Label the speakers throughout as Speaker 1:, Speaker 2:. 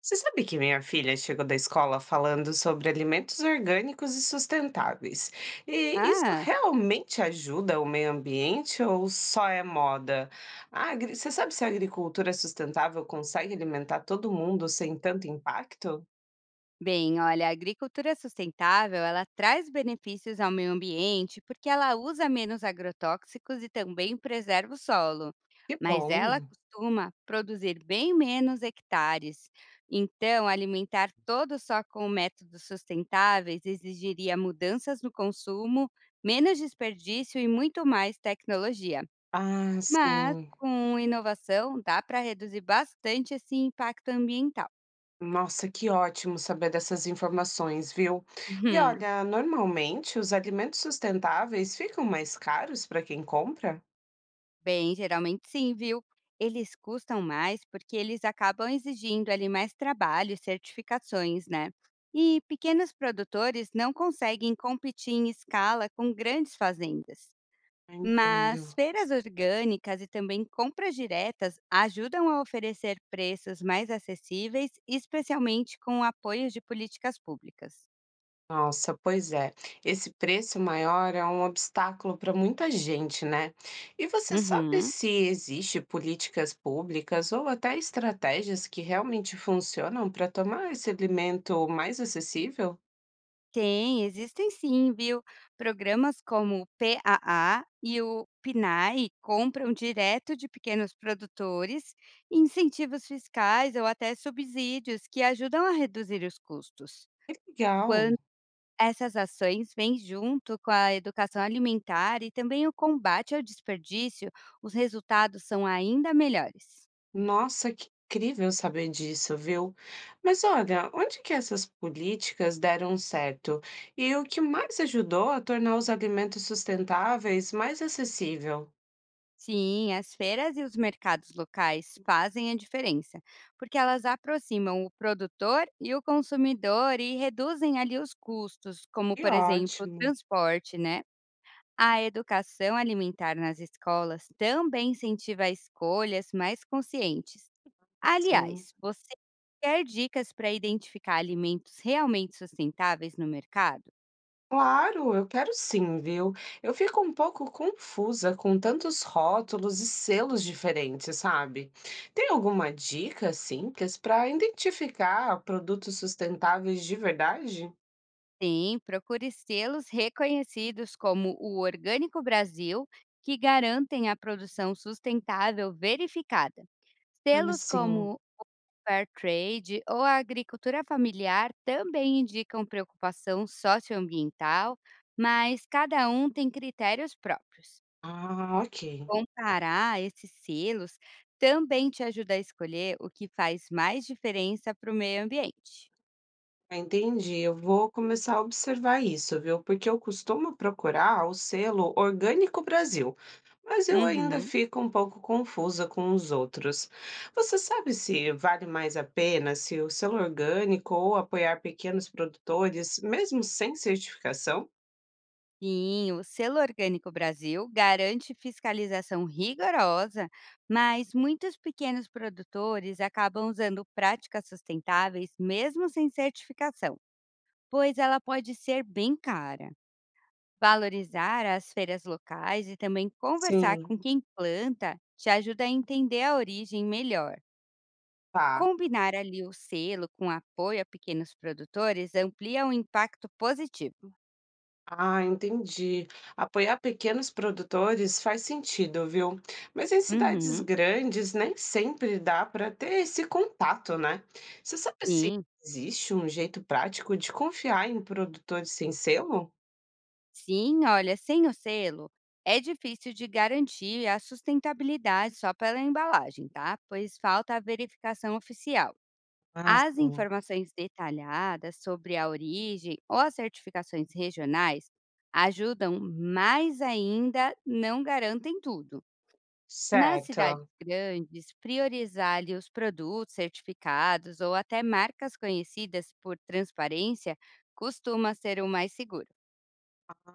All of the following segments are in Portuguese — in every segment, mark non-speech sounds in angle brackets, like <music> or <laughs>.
Speaker 1: Você sabe que minha filha chegou da escola falando sobre alimentos orgânicos e sustentáveis. E isso
Speaker 2: Ah,
Speaker 1: realmente ajuda o meio ambiente ou só é moda? Você sabe se a agricultura sustentável consegue alimentar todo mundo sem tanto impacto?
Speaker 2: bem, olha, a agricultura sustentável, ela traz benefícios ao meio ambiente porque ela usa menos agrotóxicos e também preserva o solo,
Speaker 1: Que
Speaker 2: mas ela
Speaker 1: bom.
Speaker 2: costuma produzir bem menos hectares. Então, alimentar todos só com métodos sustentáveis exigiria mudanças no consumo, menos desperdício e muito mais tecnologia.
Speaker 1: Ah,
Speaker 2: Mas
Speaker 1: sim.
Speaker 2: com inovação, dá para reduzir bastante esse impacto ambiental.
Speaker 1: Nossa, que ótimo saber dessas informações, viu? E
Speaker 2: <laughs>
Speaker 1: olha, normalmente os alimentos sustentáveis ficam mais caros para quem compra?
Speaker 2: Bem, geralmente sim, viu? Eles custam mais porque eles acabam exigindo ali mais trabalho e certificações, né? E pequenos produtores não conseguem competir em escala com grandes fazendas.
Speaker 1: Entendo.
Speaker 2: Mas feiras orgânicas e também compras diretas ajudam a oferecer preços mais acessíveis, especialmente com o apoio de políticas públicas.
Speaker 1: Nossa, pois é. Esse preço maior é um obstáculo para muita gente, né? E você sabe
Speaker 2: Uhum.
Speaker 1: se existe políticas públicas ou até estratégias que realmente funcionam para tomar esse alimento mais acessível?
Speaker 2: Tem, existem sim, viu? Programas como o PAA e o PNAE compram direto de pequenos produtores, incentivos fiscais ou até subsídios que ajudam a reduzir os custos.
Speaker 1: Que
Speaker 2: Quando
Speaker 1: legal!
Speaker 2: essas ações vêm junto com a educação alimentar e também o combate ao desperdício, os resultados são ainda melhores.
Speaker 1: Nossa, que incrível saber disso, viu? Mas olha, onde que essas políticas deram certo? E o que mais ajudou a tornar os alimentos sustentáveis mais acessível?
Speaker 2: Sim, as feiras e os mercados locais fazem a diferença, porque elas aproximam o produtor e o consumidor e reduzem ali os custos, como
Speaker 1: Que
Speaker 2: por exemplo, o
Speaker 1: ótimo,
Speaker 2: transporte, né? A educação alimentar nas escolas também incentiva escolhas mais conscientes.
Speaker 1: sim.
Speaker 2: Aliás, você quer dicas para identificar alimentos realmente sustentáveis no mercado?
Speaker 1: Claro, eu quero sim, viu? Eu fico um pouco confusa com tantos rótulos e selos diferentes, sabe? Tem alguma dica simples para identificar produtos sustentáveis de verdade?
Speaker 2: Sim, procure selos reconhecidos como o Orgânico Brasil, que garantem a produção sustentável verificada.
Speaker 1: Ah,
Speaker 2: Selos
Speaker 1: sim.
Speaker 2: como Fair Trade ou a agricultura familiar também indicam preocupação socioambiental, mas cada um tem critérios próprios.
Speaker 1: Ah, ok.
Speaker 2: Comparar esses selos também te ajuda a escolher o que faz mais diferença para o meio ambiente.
Speaker 1: Entendi, eu vou começar a observar isso, viu? Porque eu costumo procurar o selo Orgânico Brasil, mas eu ainda
Speaker 2: Uhum.
Speaker 1: fico um pouco confusa com os outros. Você sabe se vale mais a pena se o selo orgânico ou apoiar pequenos produtores, mesmo sem certificação?
Speaker 2: Sim, o selo Orgânico Brasil garante fiscalização rigorosa, mas muitos pequenos produtores acabam usando práticas sustentáveis mesmo sem certificação, pois ela pode ser bem cara. Valorizar as feiras locais e também conversar
Speaker 1: Sim.
Speaker 2: com quem planta te ajuda a entender a origem melhor.
Speaker 1: Tá.
Speaker 2: Combinar ali o selo com apoio a pequenos produtores amplia o impacto positivo.
Speaker 1: Ah, entendi. Apoiar pequenos produtores faz sentido, viu? Mas em cidades
Speaker 2: Uhum,
Speaker 1: grandes nem sempre dá para ter esse contato, né? Você sabe se
Speaker 2: sim.
Speaker 1: existe um jeito prático de confiar em produtores sem selo?
Speaker 2: Sim, olha, sem o selo, é difícil de garantir a sustentabilidade só pela embalagem, tá? Pois falta a verificação oficial.
Speaker 1: Ah,
Speaker 2: As
Speaker 1: sim.
Speaker 2: informações detalhadas sobre a origem ou as certificações regionais ajudam, mas ainda não garantem tudo. Nas cidades
Speaker 1: Certo.
Speaker 2: grandes, priorizar ali os produtos certificados ou até marcas conhecidas por transparência costuma ser o mais seguro.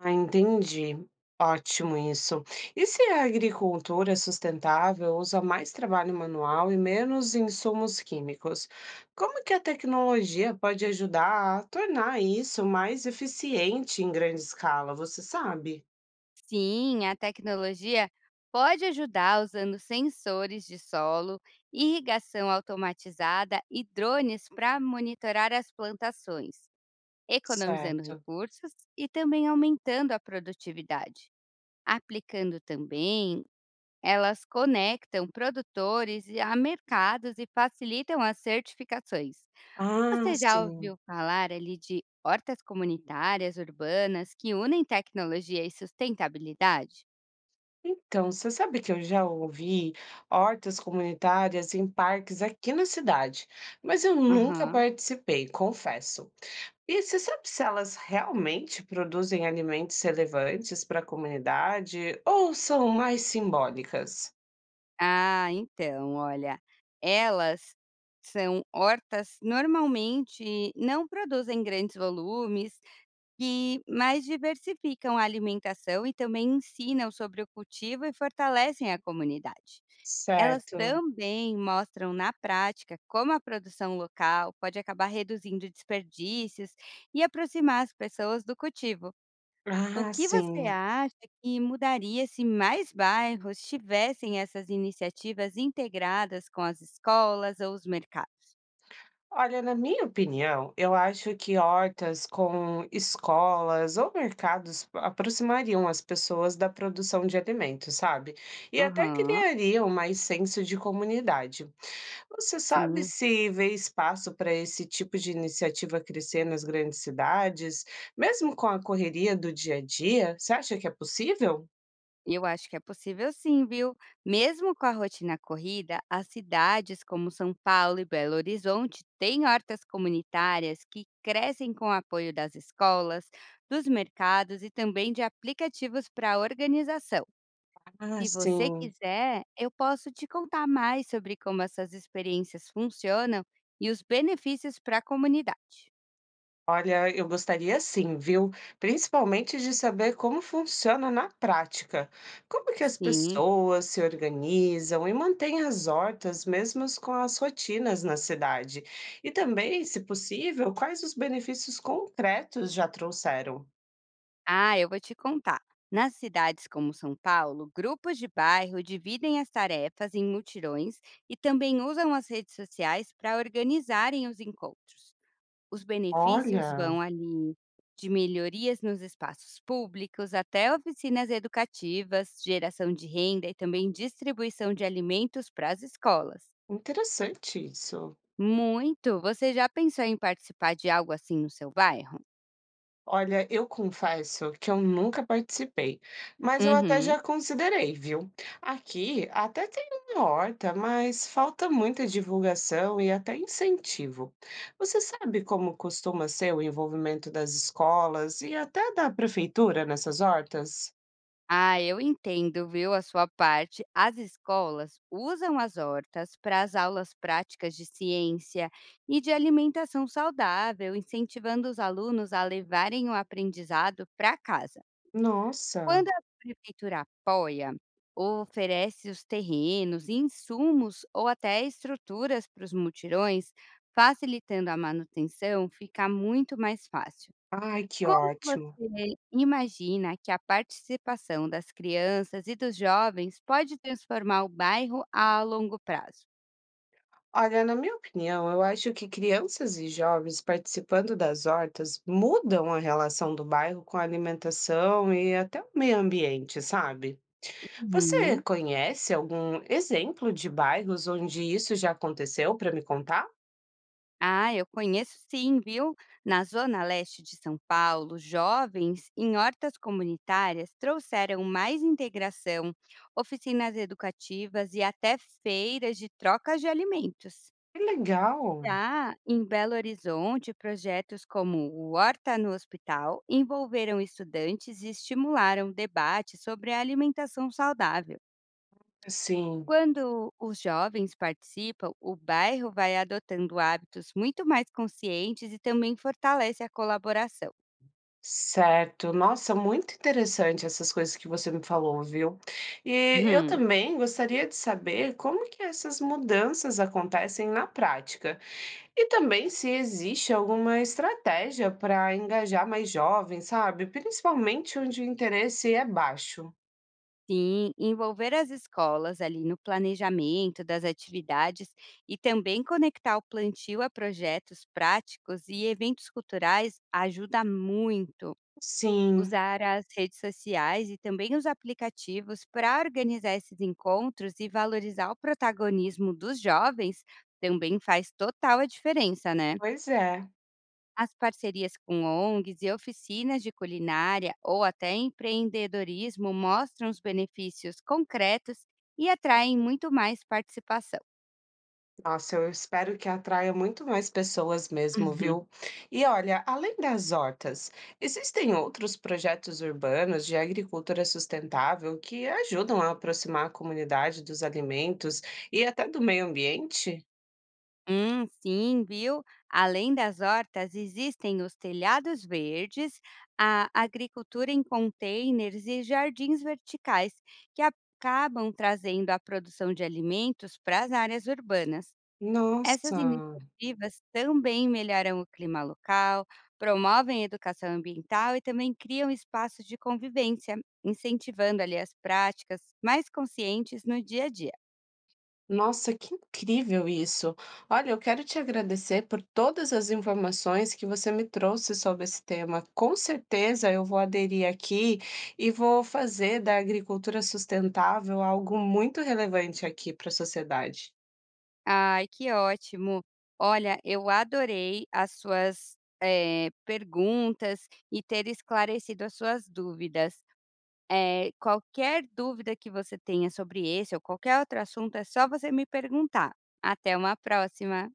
Speaker 1: Ah, entendi. Ótimo isso. E se a agricultura sustentável usa mais trabalho manual e menos insumos químicos, como que a tecnologia pode ajudar a tornar isso mais eficiente em grande escala, você sabe?
Speaker 2: Sim, a tecnologia pode ajudar usando sensores de solo, irrigação automatizada e drones para monitorar as plantações, economizando
Speaker 1: Certo.
Speaker 2: recursos e também aumentando a produtividade. Aplicando também, elas conectam a mercados e facilitam as certificações.
Speaker 1: Ah,
Speaker 2: Você já ouviu
Speaker 1: sim.
Speaker 2: falar ali de hortas comunitárias urbanas que unem tecnologia e sustentabilidade?
Speaker 1: Então, você sabe que eu já ouvi hortas comunitárias em parques aqui na cidade, mas eu nunca
Speaker 2: Aham.
Speaker 1: participei, confesso. E você sabe se elas realmente produzem alimentos relevantes para a comunidade ou são mais simbólicas?
Speaker 2: Ah, então, olha, elas são hortas normalmente não produzem grandes volumes e mais diversificam a alimentação e também ensinam sobre o cultivo e fortalecem a comunidade. Elas
Speaker 1: Certo.
Speaker 2: também mostram na prática como a produção local pode acabar reduzindo desperdícios e aproximar as pessoas do cultivo. O
Speaker 1: Ah,
Speaker 2: que você
Speaker 1: sim.
Speaker 2: acha que mudaria se mais bairros tivessem essas iniciativas integradas com as escolas ou os mercados?
Speaker 1: Olha, na minha opinião, eu acho que hortas com escolas ou mercados aproximariam as pessoas da produção de alimentos, sabe? E até
Speaker 2: Aham,
Speaker 1: criariam mais senso de comunidade. Você sabe
Speaker 2: sim.
Speaker 1: se vê espaço para esse tipo de iniciativa crescer nas grandes cidades, mesmo com a correria do dia a dia? Você acha que é possível?
Speaker 2: Eu acho que é possível sim, viu? Mesmo com a rotina corrida, as cidades como São Paulo e Belo Horizonte têm hortas comunitárias que crescem com o apoio das escolas, dos mercados e também de aplicativos para organização.
Speaker 1: Ah,
Speaker 2: Se você
Speaker 1: sim.
Speaker 2: quiser, eu posso te contar mais sobre como essas experiências funcionam e os benefícios para a comunidade.
Speaker 1: Olha, eu gostaria sim, viu? Principalmente de saber como funciona na prática. Como que as
Speaker 2: Sim.
Speaker 1: pessoas se organizam e mantêm as hortas, mesmo com as rotinas na cidade? E também, se possível, quais os benefícios concretos já trouxeram?
Speaker 2: Ah, eu vou te contar. Nas cidades como São Paulo, grupos de bairro dividem as tarefas em mutirões e também usam as redes sociais para organizarem os encontros. Os benefícios
Speaker 1: Olha.
Speaker 2: vão ali de melhorias nos espaços públicos até oficinas educativas, geração de renda e também distribuição de alimentos para as escolas.
Speaker 1: Interessante isso.
Speaker 2: Muito! Você já pensou em participar de algo assim no seu bairro?
Speaker 1: Olha, eu confesso que eu nunca participei, mas eu até
Speaker 2: Uhum.
Speaker 1: já considerei, viu? Aqui até tem uma horta, mas falta muita divulgação e até incentivo. Você sabe como costuma ser o envolvimento das escolas e até da prefeitura nessas hortas?
Speaker 2: Ah, eu entendo, viu, a sua parte. As escolas usam as hortas para as aulas práticas de ciência e de alimentação saudável, incentivando os alunos a levarem o aprendizado para casa.
Speaker 1: Nossa,
Speaker 2: Quando a prefeitura apoia, oferece os terrenos, insumos ou até estruturas para os mutirões, facilitando a manutenção, fica muito mais fácil.
Speaker 1: ai, que
Speaker 2: Como
Speaker 1: ótimo.
Speaker 2: você imagina que a participação das crianças e dos jovens pode transformar o bairro a longo prazo?
Speaker 1: Olha, na minha opinião, eu acho que crianças e jovens participando das hortas mudam a relação do bairro com a alimentação e até o meio ambiente, sabe? Você
Speaker 2: Uhum.
Speaker 1: conhece algum exemplo de bairros onde isso já aconteceu para me contar?
Speaker 2: Ah, eu conheço sim, viu? Na zona leste de São Paulo, jovens em hortas comunitárias trouxeram mais integração, oficinas educativas e até feiras de troca de alimentos.
Speaker 1: Que legal!
Speaker 2: Já em Belo Horizonte, projetos como o Horta no Hospital envolveram estudantes e estimularam debate sobre a alimentação saudável.
Speaker 1: Sim,
Speaker 2: Quando os jovens participam, o bairro vai adotando hábitos muito mais conscientes e também fortalece a colaboração.
Speaker 1: certo. Nossa, muito interessante essas coisas que você me falou, viu? E eu
Speaker 2: Hum,
Speaker 1: também gostaria de saber como que essas mudanças acontecem na prática. E também se existe alguma estratégia para engajar mais jovens, sabe? Principalmente onde o interesse é baixo.
Speaker 2: Sim, envolver as escolas ali no planejamento das atividades e também conectar o plantio a projetos práticos e eventos culturais ajuda muito.
Speaker 1: Sim,
Speaker 2: Usar as redes sociais e também os aplicativos para organizar esses encontros e valorizar o protagonismo dos jovens também faz total a diferença, né?
Speaker 1: pois é.
Speaker 2: As parcerias com ONGs e oficinas de culinária ou até empreendedorismo mostram os benefícios concretos e atraem muito mais participação.
Speaker 1: Nossa, eu espero que atraia muito mais pessoas mesmo,
Speaker 2: <laughs>
Speaker 1: viu? E olha, além das hortas, existem outros projetos urbanos de agricultura sustentável que ajudam a aproximar a comunidade dos alimentos e até do meio ambiente?
Speaker 2: Sim, viu? Além das hortas, existem os telhados verdes, a agricultura em containers e jardins verticais, que acabam trazendo a produção de alimentos para as áreas urbanas. Essas
Speaker 1: Nossa.
Speaker 2: iniciativas também melhoram o clima local, promovem educação ambiental e também criam espaços de convivência, incentivando ali as práticas mais conscientes no dia a dia.
Speaker 1: Nossa, que incrível isso! Olha, eu quero te agradecer por todas as informações que você me trouxe sobre esse tema. Com certeza eu vou aderir aqui e vou fazer da agricultura sustentável algo muito relevante aqui para a sociedade.
Speaker 2: Ai, que ótimo. Olha, eu adorei as suas, perguntas e ter esclarecido as suas dúvidas. Qualquer dúvida que você tenha sobre esse ou qualquer outro assunto, é só você me perguntar. Até uma próxima.